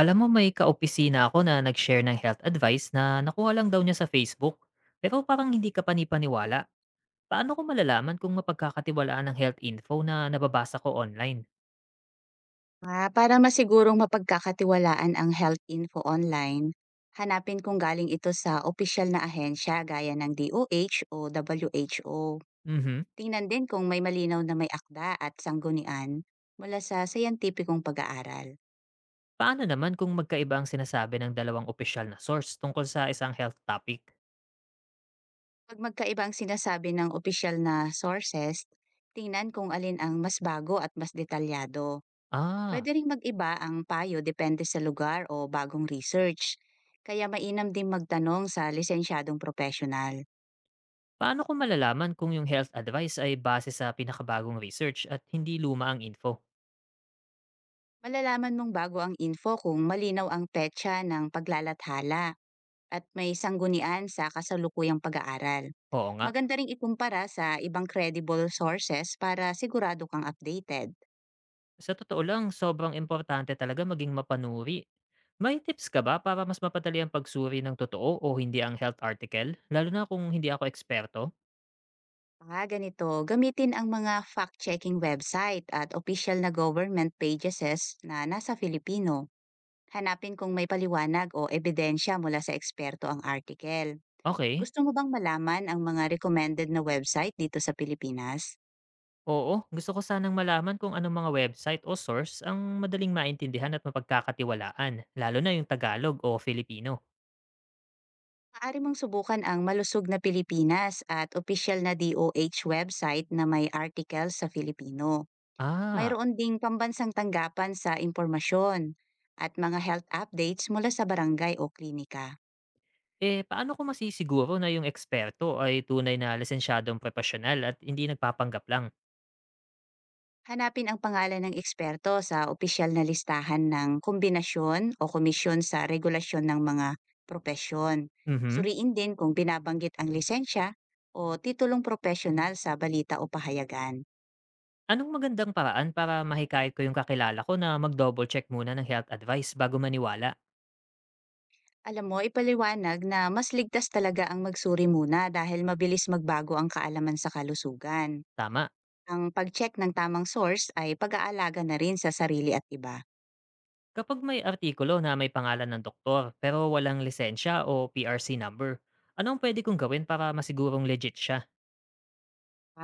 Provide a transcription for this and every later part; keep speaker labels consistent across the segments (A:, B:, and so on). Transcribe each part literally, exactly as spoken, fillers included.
A: Alam mo, may kaopisina ako na nag-share ng health advice na nakuha lang daw niya sa Facebook. Pero parang hindi ka panipaniwala. Paano ko malalaman kung mapagkakatiwalaan ng health info na nababasa ko online?
B: Ah, para masigurong mapagkakatiwalaan ang health info online, hanapin kung galing ito sa opisyal na ahensya gaya ng D O H o W H O.
A: Mhm.
B: Tingnan din kung may malinaw na may akda at sanggunian mula sa sayantipikong pag-aaral.
A: Paano naman kung magkaiba ang sinasabi ng dalawang opisyal na source tungkol sa isang health topic?
B: Pag magkaiba ang sinasabi ng opisyal na sources, tingnan kung alin ang mas bago at mas detalyado.
A: Ah,
B: Pwede ring mag-iba ang payo depende sa lugar o bagong research, kaya mainam din magtanong sa lisensyadong profesional.
A: Paano ko malalaman kung yung health advice ay base sa pinakabagong research at hindi luma ang info?
B: Malalaman mong bago ang info kung malinaw ang petsa ng paglalathala at may sanggunian sa kasalukuyang pag-aaral.
A: Oo nga.
B: Maganda ring ikumpara sa ibang credible sources para sigurado kang updated.
A: Sa totoo lang, sobrang importante talaga maging mapanuri. May tips ka ba para mas mapadali ang pagsuri ng totoo o hindi ang health article? Lalo na kung hindi ako eksperto?
B: Paka ganito, gamitin ang mga fact-checking website at official na government pages na nasa Filipino. Hanapin kung may paliwanag o ebidensya mula sa eksperto ang article.
A: Okay.
B: Gusto mo bang malaman ang mga recommended na website dito sa Pilipinas?
A: Oo, gusto ko sanang malaman kung anong mga website o source ang madaling maintindihan at mapagkakatiwalaan, lalo na yung Tagalog o Filipino.
B: Maaari mong subukan ang Malusog na Pilipinas at opisyal na D O H website na may article sa Filipino.
A: Ah,
B: Mayroon ding pambansang tanggapan sa impormasyon at mga health updates mula sa barangay o klinika.
A: eh paano ko masisiguro na yung eksperto ay tunay na lisensyadong profesional at hindi nagpapanggap lang?
B: Hanapin ang pangalan ng eksperto sa opisyal na listahan ng kombinasyon o komisyon sa regulasyon ng mga propesyon.
A: Mhm.
B: Suriin din kung binabanggit ang lisensya o titulong profesional sa balita o pahayagan.
A: Anong magandang paraan para mahikayat ko yung kakilala ko na mag-double check muna ng health advice bago maniwala?
B: Alam mo, ipaliwanag na mas ligtas talaga ang magsuri muna dahil mabilis magbago ang kaalaman sa kalusugan.
A: Tama.
B: Ang pag-check ng tamang source ay pag-aalaga na rin sa sarili at iba.
A: Kapag may artikulo na may pangalan ng doktor pero walang lisensya o P R C number, anong pwede kong gawin para masigurong legit siya?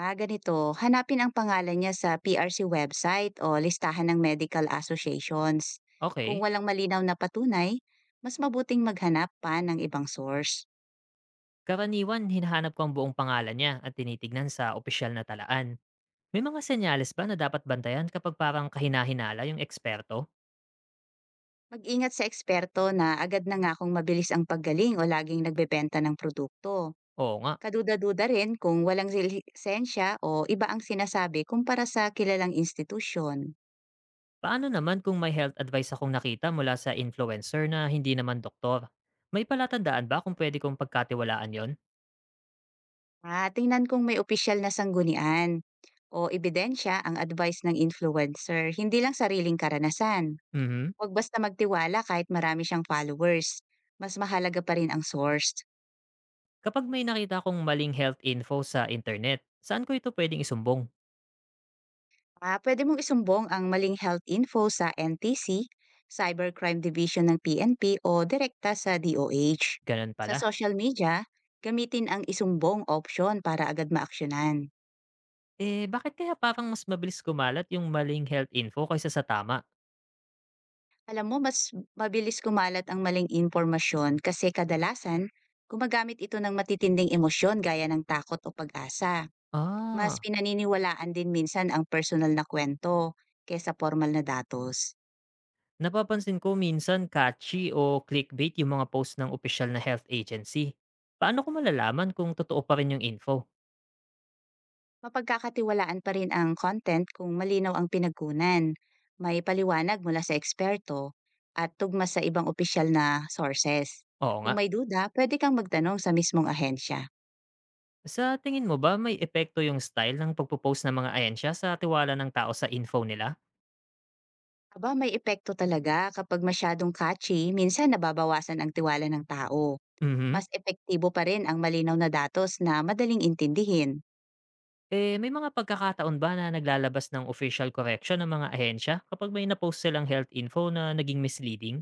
B: Ah, ganito, hanapin ang pangalan niya sa P R C website o listahan ng medical associations. Kung
A: Okay.
B: walang malinaw na patunay, mas mabuting maghanap pa ng ibang source.
A: Karaniwan, hinahanap ko ang buong pangalan niya at tinitignan sa opisyal na talaan. May mga senyales ba na dapat bantayan kapag parang kahinahinala yung eksperto?
B: Mag-ingat sa eksperto na agad na nga kung mabilis ang paggaling o laging nagbebenta ng produkto.
A: Oo nga.
B: Kaduda-duda rin kung walang lisensya o iba ang sinasabi kumpara sa kilalang institusyon.
A: Paano naman kung may health advice akong nakita mula sa influencer na hindi naman doktor? May palatandaan ba kung pwede kong pagkatiwalaan yon?
B: Ah, tingnan kung may opisyal na sanggunian o ebidensya ang advice ng influencer, hindi lang sariling karanasan.
A: Mhm.
B: Huwag basta magtiwala kahit marami siyang followers. Mas mahalaga pa rin ang source.
A: Kapag may nakita akong maling health info sa internet, saan ko ito pwedeng isumbong?
B: Ah, pwede mong isumbong ang maling health info sa N T C, Cybercrime Division ng P N P o direkta sa D O H.
A: Ganun
B: Sa
A: pala.
B: social media, gamitin ang isumbong option para agad maaksyonan.
A: Eh, bakit kaya parang mas mabilis kumalat yung maling health info kaysa sa tama?
B: Alam mo, mas mabilis kumalat ang maling impormasyon kasi kadalasan, gumagamit ito ng matitinding emosyon gaya ng takot o pag-asa. Mas
A: Ah,
B: pinaniniwalaan din minsan ang personal na kwento kaysa formal na datos.
A: Napapansin ko minsan catchy o clickbait yung mga post ng official na health agency. Paano ko malalaman kung totoo pa rin yung info?
B: Mapagkakatiwalaan pa rin ang content kung malinaw ang pinagkunan, may paliwanag mula sa eksperto, at tugma sa ibang opisyal na sources.
A: Oo nga.
B: Kung may duda, pwede kang magtanong sa mismong ahensya.
A: Sa tingin mo ba may epekto yung style ng pagpo-post ng mga ahensya sa tiwala ng tao sa info nila?
B: Aba, may epekto talaga kapag masyadong catchy, minsan nababawasan ang tiwala ng tao.
A: Mhm.
B: Mas epektibo pa rin ang malinaw na datos na madaling intindihin.
A: Eh, may mga pagkakataon ba na naglalabas ng official correction ng mga ahensya kapag may na-post silang health info na naging misleading?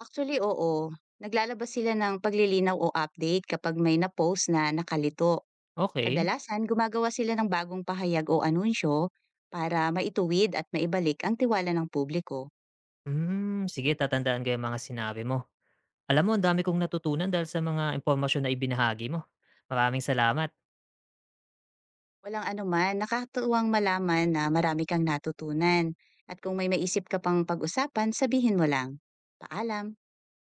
B: Actually, oo. Naglalabas sila ng paglilinaw o update kapag may na-post na nakalito.
A: Okay.
B: Kadalasan gumagawa sila ng bagong pahayag o anunsyo para maituwid at maibalik ang tiwala ng publiko.
A: Hmm, sige, tatandaan ko yung mga sinabi mo. Alam mo, ang dami kong natutunan dahil sa mga impormasyon na ibinahagi mo. Maraming salamat.
B: Walang anuman, nakatuwang malaman na marami kang natutunan. At kung may maisip ka pang pag-usapan, sabihin mo lang. Paalam!